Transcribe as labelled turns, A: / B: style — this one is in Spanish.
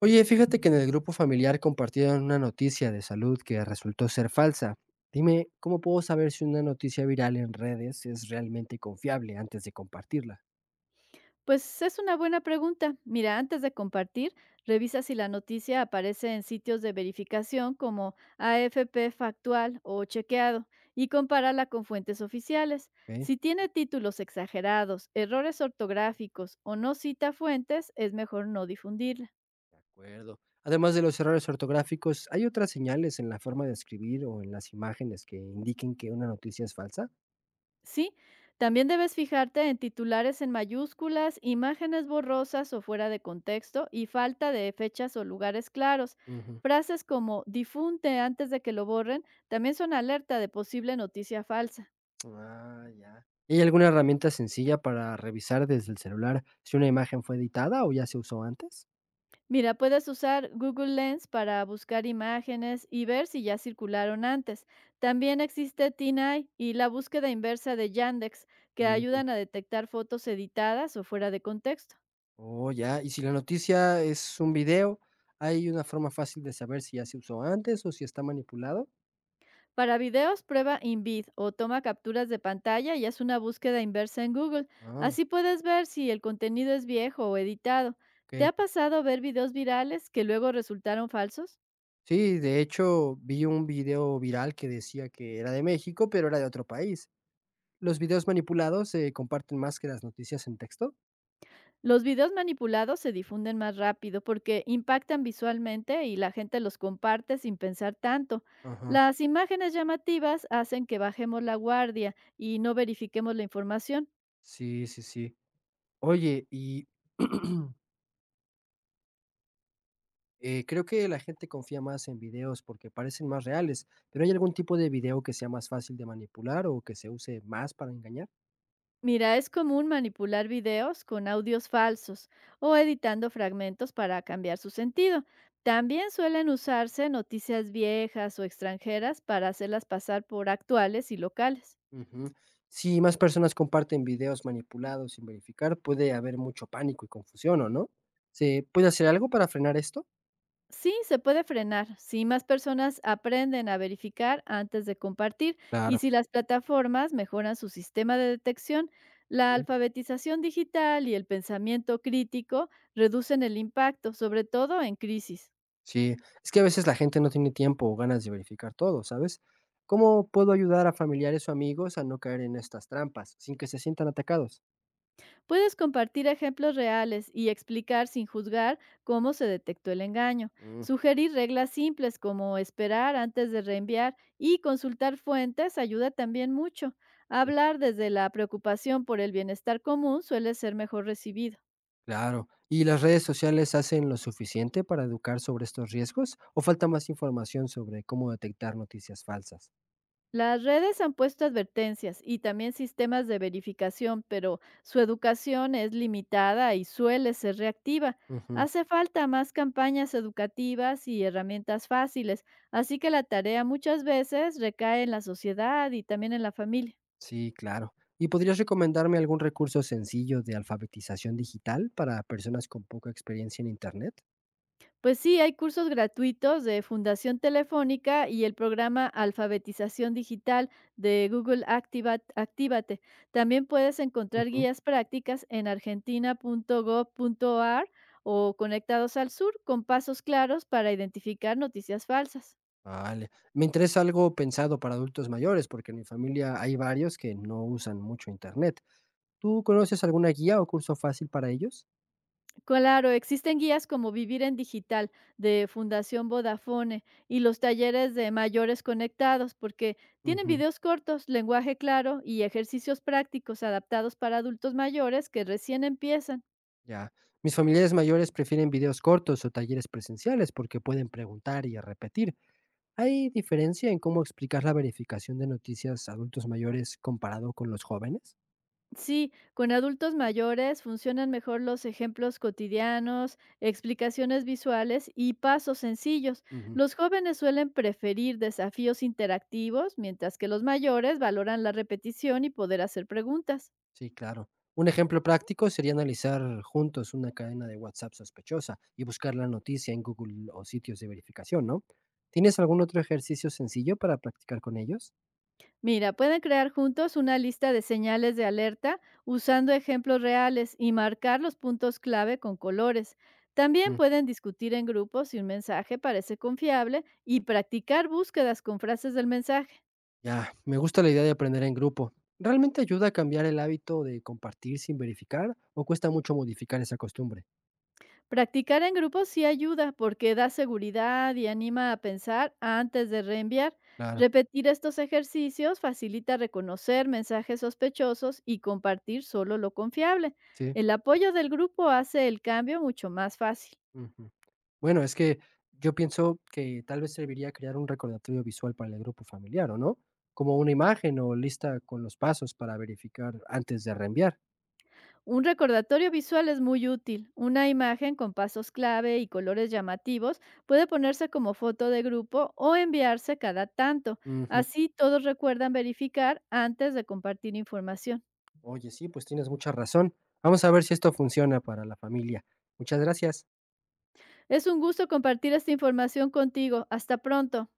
A: Oye, fíjate que en el grupo familiar compartieron una noticia de salud que resultó ser falsa. Dime, ¿cómo puedo saber si una noticia viral en redes es realmente confiable antes de compartirla?
B: Pues es una buena pregunta. Mira, antes de compartir, revisa si la noticia aparece en sitios de verificación como AFP Factual o Chequeado y compárala con fuentes oficiales.
A: Ok.
B: Si tiene títulos exagerados, errores ortográficos o no cita fuentes, es mejor no difundirla.
A: De acuerdo. Además de los errores ortográficos, ¿hay otras señales en la forma de escribir o en las imágenes que indiquen que una noticia es falsa?
B: Sí, también debes fijarte en titulares en mayúsculas, imágenes borrosas o fuera de contexto y falta de fechas o lugares claros.
A: Ujú.
B: Frases como difunte antes de que lo borren también son alerta de posible noticia falsa.
A: Ah, ya. ¿Hay alguna herramienta sencilla para revisar desde el celular si una imagen fue editada o ya se usó antes?
B: Mira, puedes usar Google Lens para buscar imágenes y ver si ya circularon antes. También existe TinEye y la búsqueda inversa de Yandex, que ayudan a detectar fotos editadas o fuera de contexto.
A: Oh, ya. Y si la noticia es un video, ¿hay una forma fácil de saber si ya se usó antes o si está manipulado?
B: Para videos, prueba InVid o toma capturas de pantalla y haz una búsqueda inversa en Google.
A: Ah,
B: Así puedes ver si el contenido es viejo o editado. ¿Te
A: okey.
B: ha pasado ver videos virales que luego resultaron falsos?
A: Sí, de hecho, vi un video viral que decía que era de México, pero era de otro país. ¿Los videos manipulados se comparten más que las noticias en texto?
B: Los videos manipulados se difunden más rápido porque impactan visualmente y la gente los comparte sin pensar tanto.
A: Ajá.
B: Las imágenes llamativas hacen que bajemos la guardia y no verifiquemos la información.
A: Sí, sí, sí. Oye, y, creo que la gente confía más en videos porque parecen más reales, pero ¿hay algún tipo de video que sea más fácil de manipular o que se use más para engañar?
B: Mira, es común manipular videos con audios falsos o editando fragmentos para cambiar su sentido. También suelen usarse noticias viejas o extranjeras para hacerlas pasar por actuales y locales.
A: Ujú. Si más personas comparten videos manipulados sin verificar, puede haber mucho pánico y confusión, ¿o no? ¿Se puede hacer algo para frenar esto?
B: Sí, se puede frenar si más personas aprenden a verificar antes de compartir y
A: Claro.
B: si las plataformas mejoran su sistema de detección. La
A: Ujú.
B: alfabetización digital y el pensamiento crítico reducen el impacto, sobre todo en crisis.
A: Sí, es que a veces la gente no tiene tiempo o ganas de verificar todo, ¿sabes? ¿Cómo puedo ayudar a familiares o amigos a no caer en estas trampas sin que se sientan atacados?
B: Puedes compartir ejemplos reales y explicar sin juzgar cómo se detectó el engaño.
A: Mm,
B: Sugerir reglas simples como esperar antes de reenviar y consultar fuentes ayuda también mucho.
A: sí,
B: Hablar desde la preocupación por el bienestar común suele ser mejor recibido.
A: claro. ¿Y las redes sociales hacen lo suficiente para educar sobre estos riesgos o falta más información sobre cómo detectar noticias falsas?
B: Las redes han puesto advertencias y también sistemas de verificación, pero su educación es limitada y suele ser reactiva.
A: Ujú.
B: Hace falta más campañas educativas y herramientas fáciles, así que la tarea muchas veces recae en la sociedad y también en la familia.
A: Sí, claro. ¿Y podrías recomendarme algún recurso sencillo de alfabetización digital para personas con poca experiencia en Internet?
B: Pues sí, hay cursos gratuitos de Fundación Telefónica y el programa Alfabetización Digital de Google Actívate. También puedes encontrar
A: Ujú.
B: guías prácticas en argentina.gov.ar o Conectados al Sur con pasos claros para identificar noticias falsas.
A: Vale. Me interesa algo pensado para adultos mayores, porque en mi familia hay varios que no usan mucho Internet. ¿Tú conoces alguna guía o curso fácil para ellos?
B: Claro, existen guías como Vivir en Digital de Fundación Vodafone y los talleres de mayores conectados, porque tienen
A: Ujú.
B: videos cortos, lenguaje claro y ejercicios prácticos adaptados para adultos mayores que recién empiezan.
A: Ya. Mis familiares mayores prefieren videos cortos o talleres presenciales porque pueden preguntar y repetir. ¿Hay diferencia en cómo explicar la verificación de noticias a adultos mayores comparado con los jóvenes?
B: Sí, con adultos mayores funcionan mejor los ejemplos cotidianos, explicaciones visuales y pasos sencillos.
A: Ujú.
B: Los jóvenes suelen preferir desafíos interactivos, mientras que los mayores valoran la repetición y poder hacer preguntas.
A: Sí, claro. Un ejemplo práctico sería analizar juntos una cadena de WhatsApp sospechosa y buscar la noticia en Google o sitios de verificación, ¿no? ¿Tienes algún otro ejercicio sencillo para practicar con ellos?
B: Mira, pueden crear juntos una lista de señales de alerta usando ejemplos reales y marcar los puntos clave con colores. También
A: Mm,
B: pueden discutir en grupo si un mensaje parece confiable y practicar búsquedas con frases del mensaje.
A: ya, me gusta la idea de aprender en grupo. ¿Realmente ayuda a cambiar el hábito de compartir sin verificar o cuesta mucho modificar esa costumbre?
B: Practicar en grupo sí ayuda porque da seguridad y anima a pensar antes de reenviar.
A: Claro,
B: Repetir estos ejercicios facilita reconocer mensajes sospechosos y compartir solo lo confiable.
A: sí.
B: El apoyo del grupo hace el cambio mucho más fácil.
A: Ujú. Bueno, es que yo pienso que tal vez serviría crear un recordatorio visual para el grupo familiar, ¿o no? Como una imagen o lista con los pasos para verificar antes de reenviar.
B: Un recordatorio visual es muy útil. Una imagen con pasos clave y colores llamativos puede ponerse como foto de grupo o enviarse cada tanto.
A: Ujú.
B: Así todos recuerdan verificar antes de compartir información.
A: Oye, sí, pues tienes mucha razón. Vamos a ver si esto funciona para la familia. Muchas gracias.
B: Es un gusto compartir esta información contigo. Hasta pronto.